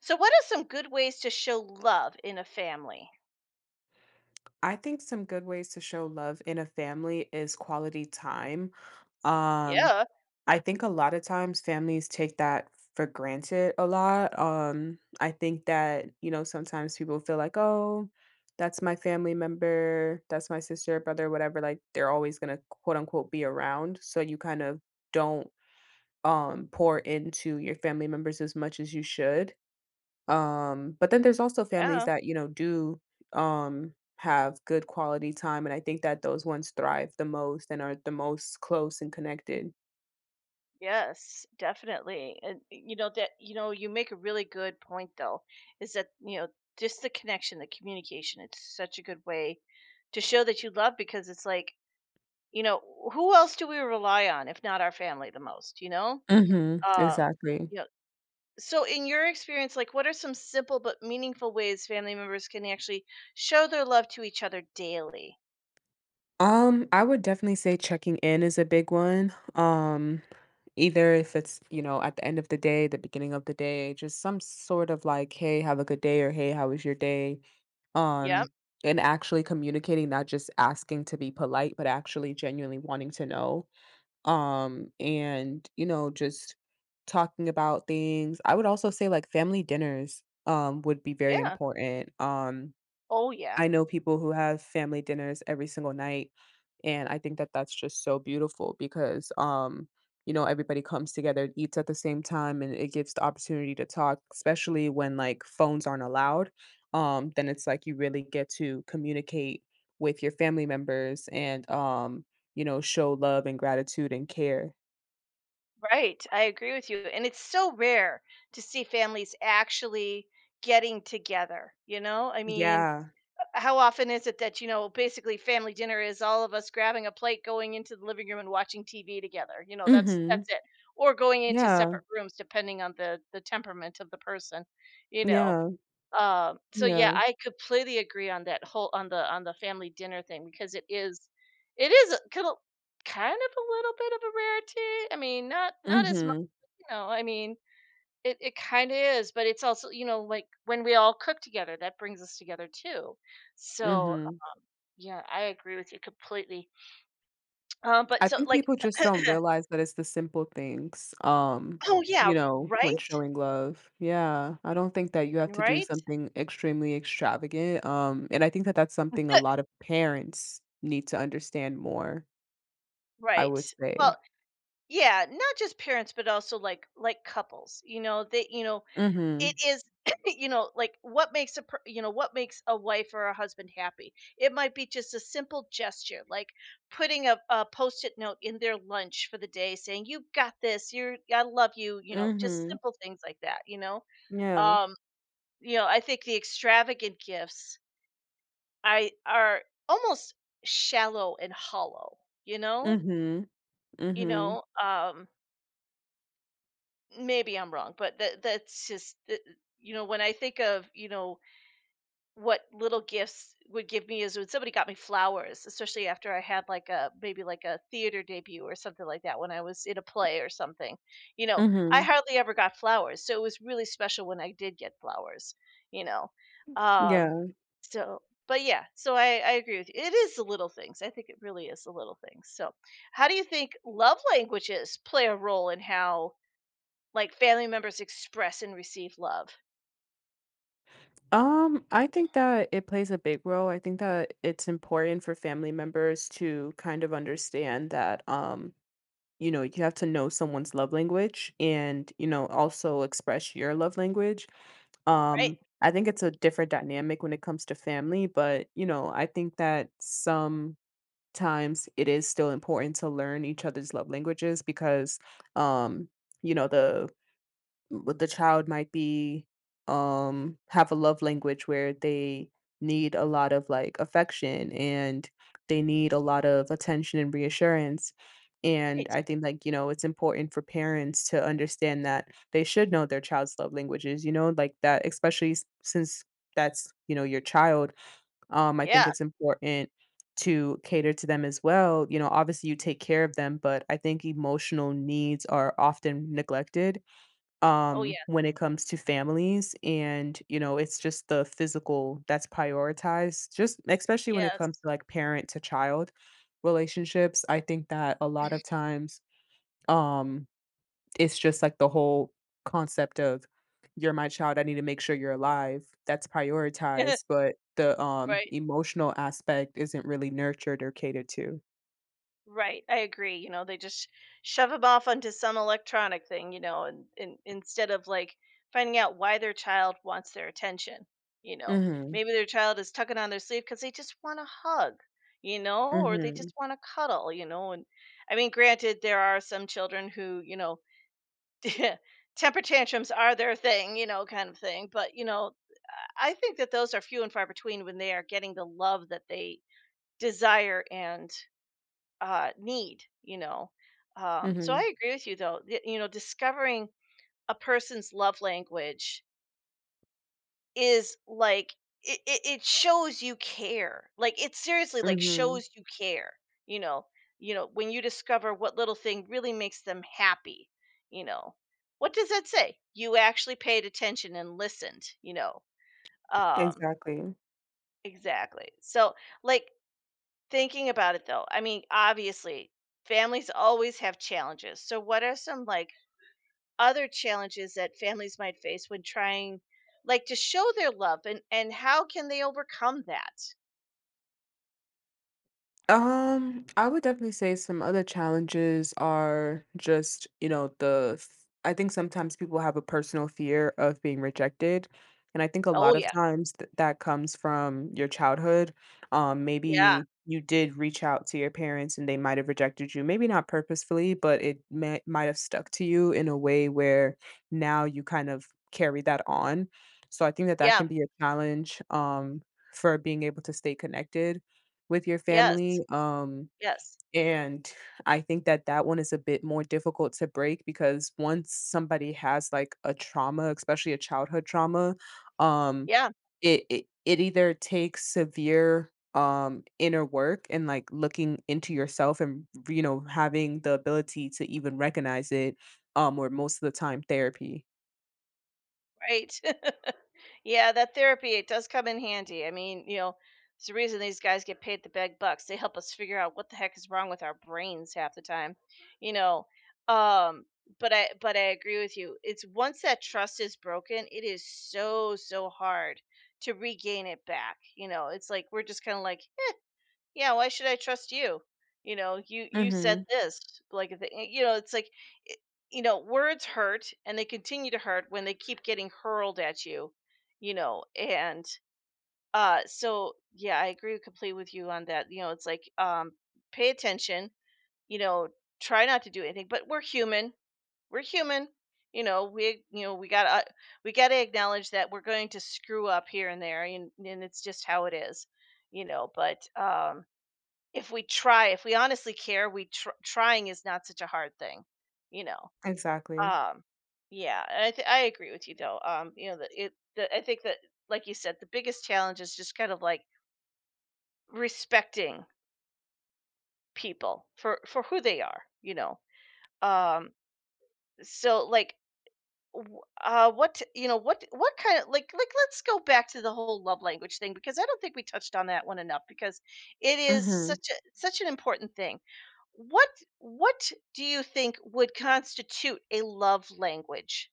So, what are some good ways to show love in a family? I think some good ways to show love in a family is quality time. Um, Yeah, I think a lot of times families take that for granted a lot. I think that, you know, sometimes people feel like, oh, that's my family member, that's my sister, brother, whatever. Like they're always going to quote unquote be around. So you kind of don't pour into your family members as much as you should, but then there's also families yeah, that, you know, do have good quality time, and I think that those ones thrive the most and are the most close and connected. yes, definitely. And you know you make a really good point though, is that you know just the connection, the communication. It's such a good way to show that you love because it's like you know who else do we rely on if not our family the most? You know, Mhm. um, Exactly. you know. So, in your experience, like what are some simple but meaningful ways family members can actually show their love to each other daily? I would definitely say checking in is a big one. Either if it's, you know, at the end of the day, the beginning of the day, just some sort of like, hey, have a good day, or hey, how was your day? Yeah, um and actually communicating, not just asking to be polite but actually genuinely wanting to know and you know, just talking about things. I would also say like family dinners would be very yeah. important Oh, yeah. I know people who have family dinners every single night, and I think that that's just so beautiful because, you know, everybody comes together and eats at the same time, and it gives the opportunity to talk, especially when like phones aren't allowed. Then it's like you really get to communicate with your family members and, you know, show love and gratitude and care. Right. I agree with you. And it's so rare to see families actually getting together, you know? I mean, Yeah. how often is it that, you know, basically family dinner is all of us grabbing a plate, going into the living room and watching TV together. You know, that's Mhm. that's it. Or going into Yeah. separate rooms depending on the temperament of the person, you know. Yeah. So yeah, Yeah. I completely agree on that whole on the family dinner thing because it is a kind of a little bit of a rarity. I mean, not as much, Mhm. you know, I mean, it kind of is, but it's also, you know, like when we all cook together, that brings us together too. So, Mhm. Yeah, I agree with you completely. But I so think like people just don't realize that it's the simple things, Oh you yeah, know, when right? showing love. Yeah, I don't think that you have to do Right? something extremely extravagant, and I think that that's something a lot of parents need to understand more, I Right. would say. Well, yeah, not just parents but also like couples. You know, It Mhm. is, you know, like what makes you know what makes a wife or a husband happy. It might be just a simple gesture, like putting a post-it note in their lunch for the day, saying "You got this," "You're I love you," you know, just Mhm. simple things like that. Yeah. um, you know, I think the extravagant gifts I are almost shallow and hollow. You know, Mhm. you Mhm. know, maybe I'm wrong, but that's just you know, when I think of, you know, what little gifts would give me is when somebody got me flowers, especially after I had like a maybe like a theater debut or something like that when I was in a play or something. You know, I Mhm. hardly ever got flowers, so it was really special when I did get flowers, you know. Um Yeah. so but yeah, so I agree with you. It is the little things. I think it really is the little things. So how do you think love languages play a role in how like family members express and receive love? I think that it plays a big role. I think that it's important for family members to kind of understand that you know, you have to know someone's love language and, you know, also express your love language. Right. I think it's a different dynamic when it comes to family, but, you know, I think that sometimes it is still important to learn each other's love languages because, um, you know, the the child might be have a love language where they need a lot of like affection, and they need a lot of attention and reassurance. And Right. I think like, you know, it's important for parents to understand that they should know their child's love languages, you know, like that, especially since that's, you know, your child. I think Yeah. it's important to cater to them as well, you know. Obviously you take care of them, but I think emotional needs are often neglected Oh yeah. when it comes to families. And you know, it's just the physical that's prioritized, just especially when it Yes. comes to like parent to child relationships. I think that a lot of times um it's just like the whole concept of, you're my child, I need to make sure you're alive, that's Yeah, prioritized, but the right, emotional aspect isn't really nurtured or catered to. right. I agree. You know, they just shove them off onto some electronic thing, you know, and instead of like finding out why their child wants their attention, you know, Mhm. maybe their child is tucking on their sleeve because they just want a hug, you know, or they Mhm. just want to cuddle, you know. And I mean, granted, there are some children who, you know, temper tantrums are their thing, you know, kind of thing. But, you know, I think that those are few and far between when they are getting the love that they desire and need, you know. So Mhm. I agree with you though. You know, discovering a person's love language is like it shows you care. Like it seriously like Mhm. shows you care. You know, you know when you discover what little thing really makes them happy. You know, what does that say? You actually paid attention and listened. You know, um, Exactly. exactly. So like thinking about it though, I mean, obviously, families always have challenges. So what are some, like, other challenges that families might face when trying like, to show their love and how can they overcome that? I would definitely say some other challenges are just, you know, the I think sometimes people have a personal fear of being rejected. And I think a lot Oh, of yeah. times that comes from your childhood. Yeah. Maybe you did reach out to your parents and they might have rejected you, maybe not purposefully, but it might have stuck to you in a way where now you kind of carry that on. So I think that that Yeah. can be a challenge, for being able to stay connected with your family, Yes. Yes. and I think that that one is a bit more difficult to break, because once somebody has, like, a trauma, especially a childhood trauma, um, Yeah. it it either takes severe, inner work and, like, looking into yourself and, you know, having the ability to even recognize it, or most of the time therapy. Right. Yeah, that therapy, it does come in handy. I mean, you know, it's the reason these guys get paid the big bucks. They help us figure out what the heck is wrong with our brains half the time, you know. Um, but I agree with you. It's once that trust is broken, it is so, so hard to regain it back. You know, it's like we're just kind of like, "Eh, yeah, why should I trust you? You know, you said Mhm. this like you know it's like it- you know, words hurt and they continue to hurt when they keep getting hurled at you, you know. And so yeah, I agree completely with you on that. You know, it's like pay attention, you know, try not to do anything but we're human, we're human, you know, we you know we got to acknowledge that we're going to screw up here and there, and it's just how it is, you know. But if we try, if we honestly care, we tr trying is not such a hard thing, you know? Exactly. Um, yeah, and I agree with you though. You know, that it the I think that, like you said, the biggest challenge is just kind of like respecting people for who they are, you know? Um, so what you know what kind of like let's go back to the whole love language thing because I don't think we touched on that one enough because it is Mhm. such a such an important thing. what what do you think would constitute a love language?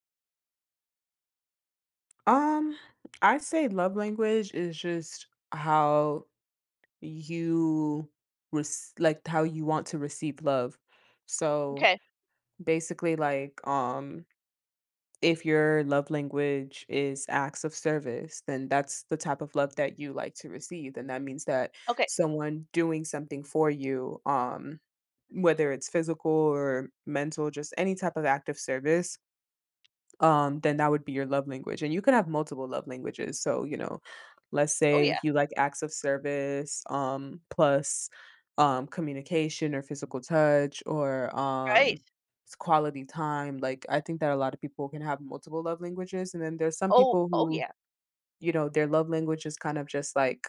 Um, I say love language is just how you like how you want to receive love. So Okay. basically like if your love language is acts of service, then that's the type of love that you like to receive. And that means that Okay. someone doing something for you, whether it's physical or mental, just any type of act of service, then that would be your love language. And you could have multiple love languages. So, you know, let's Oh say yeah. you like acts of service, plus communication or physical touch or Right. Quality time. Like I think that a lot of people can have multiple love languages. And then there's some Oh people oh who, yeah. you know, their love language is kind of just like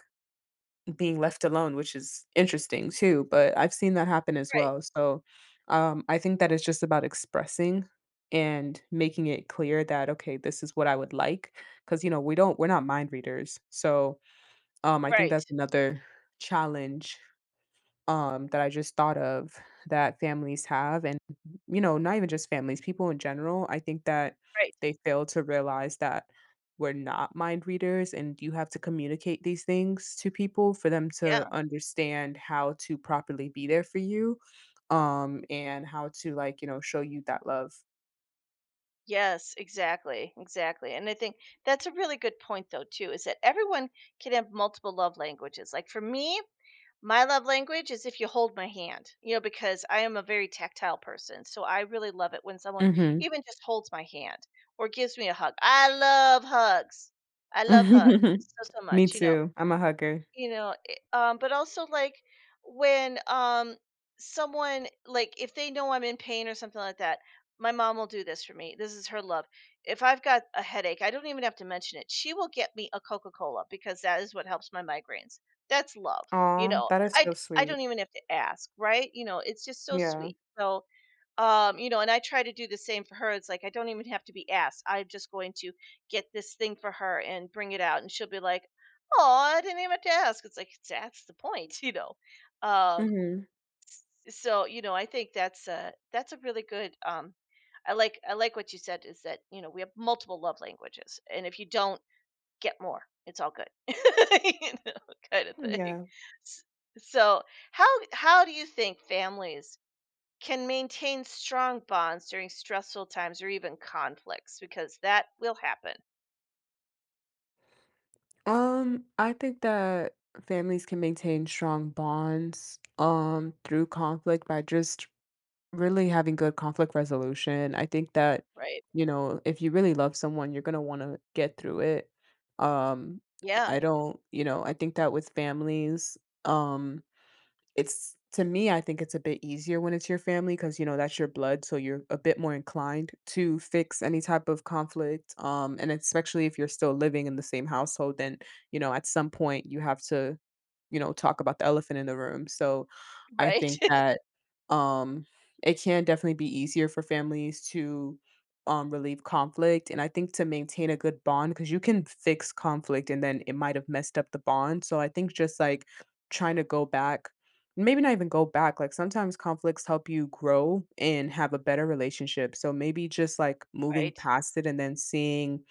being left alone, which is interesting too, but I've seen that happen as Right. well. So, I think that it's just about expressing and making it clear that, okay, this is what I would like. Cause, you know, we don't, we're not mind readers. So, I think Right. that's another challenge, that I just thought of, that families have, and you know, not even just families, people in general. I think that Right. they fail to realize that we're not mind readers, and you have to communicate these things to people for them Yeah. to understand how to properly be there for you, and how to, like, you know, show you that love. Yes, exactly, exactly. And I think that's a really good point though too is that everyone can have multiple love languages. Like for me, my love language is if you hold my hand, you know, because I am a very tactile person. So I really love it when someone Hmm. even just holds my hand or gives me a hug. I love hugs. I love hugs so, so much, Me you know. too. I'm a hugger. You know, but also like when someone like if they know I'm in pain or something like that, my mom will do this for me. This is her love. If I've got a headache, I don't even have to mention it, she will get me a Coca-Cola because that is what helps my migraines. That's love, you Aw, know. that is i so i sweet. don't even have to ask, right? You know, it's just so Yeah. sweet. So you know, and I try to do the same for her. It's like I don't even have to be asked, I'm just going to get this thing for her and bring it out and she'll be like, "Oh, I didn't even have to ask." It's like that's the point. You know, um Hmm. so you know, I think that's a really good I like, I like what you said is that you know, we have multiple love languages and if you don't get more, it's all good. You know, kind of thing. Yeah. S- so how how do you think families can maintain strong bonds during stressful times or even conflicts, because that will happen, I think that families can maintain strong bonds through conflict by just really having good conflict resolution. I think that, right? you know, if you really love someone, you're gonna want to get through it. Um, Yeah, I don't, you know, I think that with families, um, it's, to me, I think it's a bit easier when it's your family, because you know, that's your blood, so you're a bit more inclined to fix any type of conflict, and especially if you're still living in the same household, then, you know, at some point you have to, you know, talk about the elephant in the room. So I right, think that, um, it can definitely be easier for families to, relieve conflict, and I think to maintain a good bond, because you can fix conflict and then it might have messed up the bond. So I think just, like, trying to go back. Maybe not even go back, like, sometimes conflicts help you grow and have a better relationship, so maybe just, like, moving right, past it and then seeing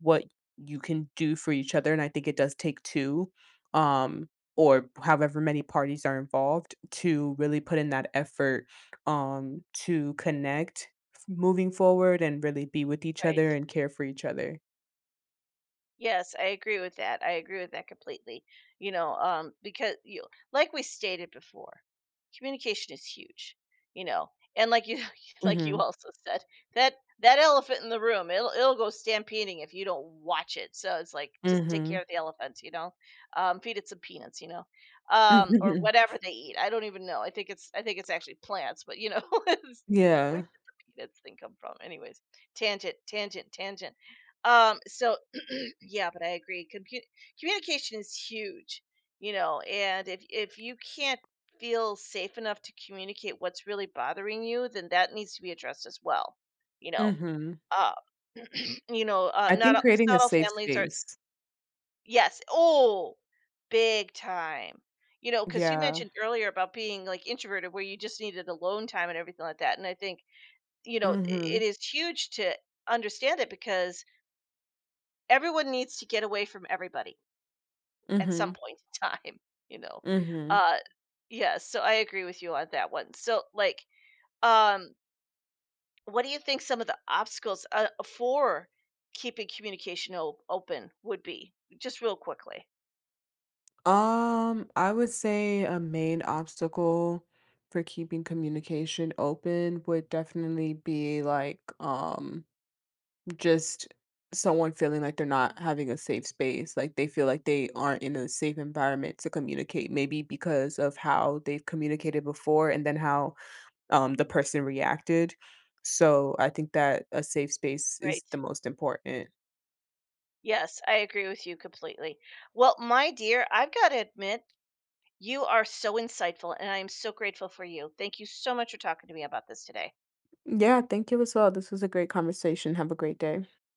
what you can do for each other. And I think it does take two, um, or however many parties are involved, to really put in that effort, to connect f moving forward and really be with each other right. and care for each other. Yes, I agree with that. I agree with that completely. You know, because you like we stated before, communication is huge. You know, and like you like you Mhm. also said that that elephant in the room, it'll go stampeding if you don't watch it. So it's like just take Mhm. care of the elephant. You know, feed it some peanuts. You know, or whatever they eat. I don't even know. I think it's actually plants. But you know, it's- where Yeah. did the peanuts thing come from? Anyways, tangent, tangent, tangent. So yeah but I agree Compu- Communication is huge, you know. And if you can't feel safe enough to communicate what's really bothering you, then that needs to be addressed as well, you know. Mhm. uh you know, I think not because creating a not all safe families are. space. Yes, oh, big time. You know, because you Yeah. mentioned earlier about being like introverted where you just needed alone time and everything like that, and I think you know, it Mhm, is huge to understand it because everyone needs to get away from everybody at some mhm, point in time, you know. mhm. Uh yeah, so I agree with you on that one. So like um what do you think some of the obstacles for keeping communication open would be? Just real quickly. I would say a main obstacle for keeping communication open would definitely be like just someone feeling like they're not having a safe space, like they feel like they aren't in a safe environment to communicate, maybe because of how they've communicated before and then how, the person reacted. So I think that a safe space is the Right. most important. Yes, I agree with you completely. Well, my dear, I've got to admit, you are so insightful and I am so grateful for you. Thank you so much for talking to me about this today. Yeah, thank you as well. This was a great conversation. Have a great day.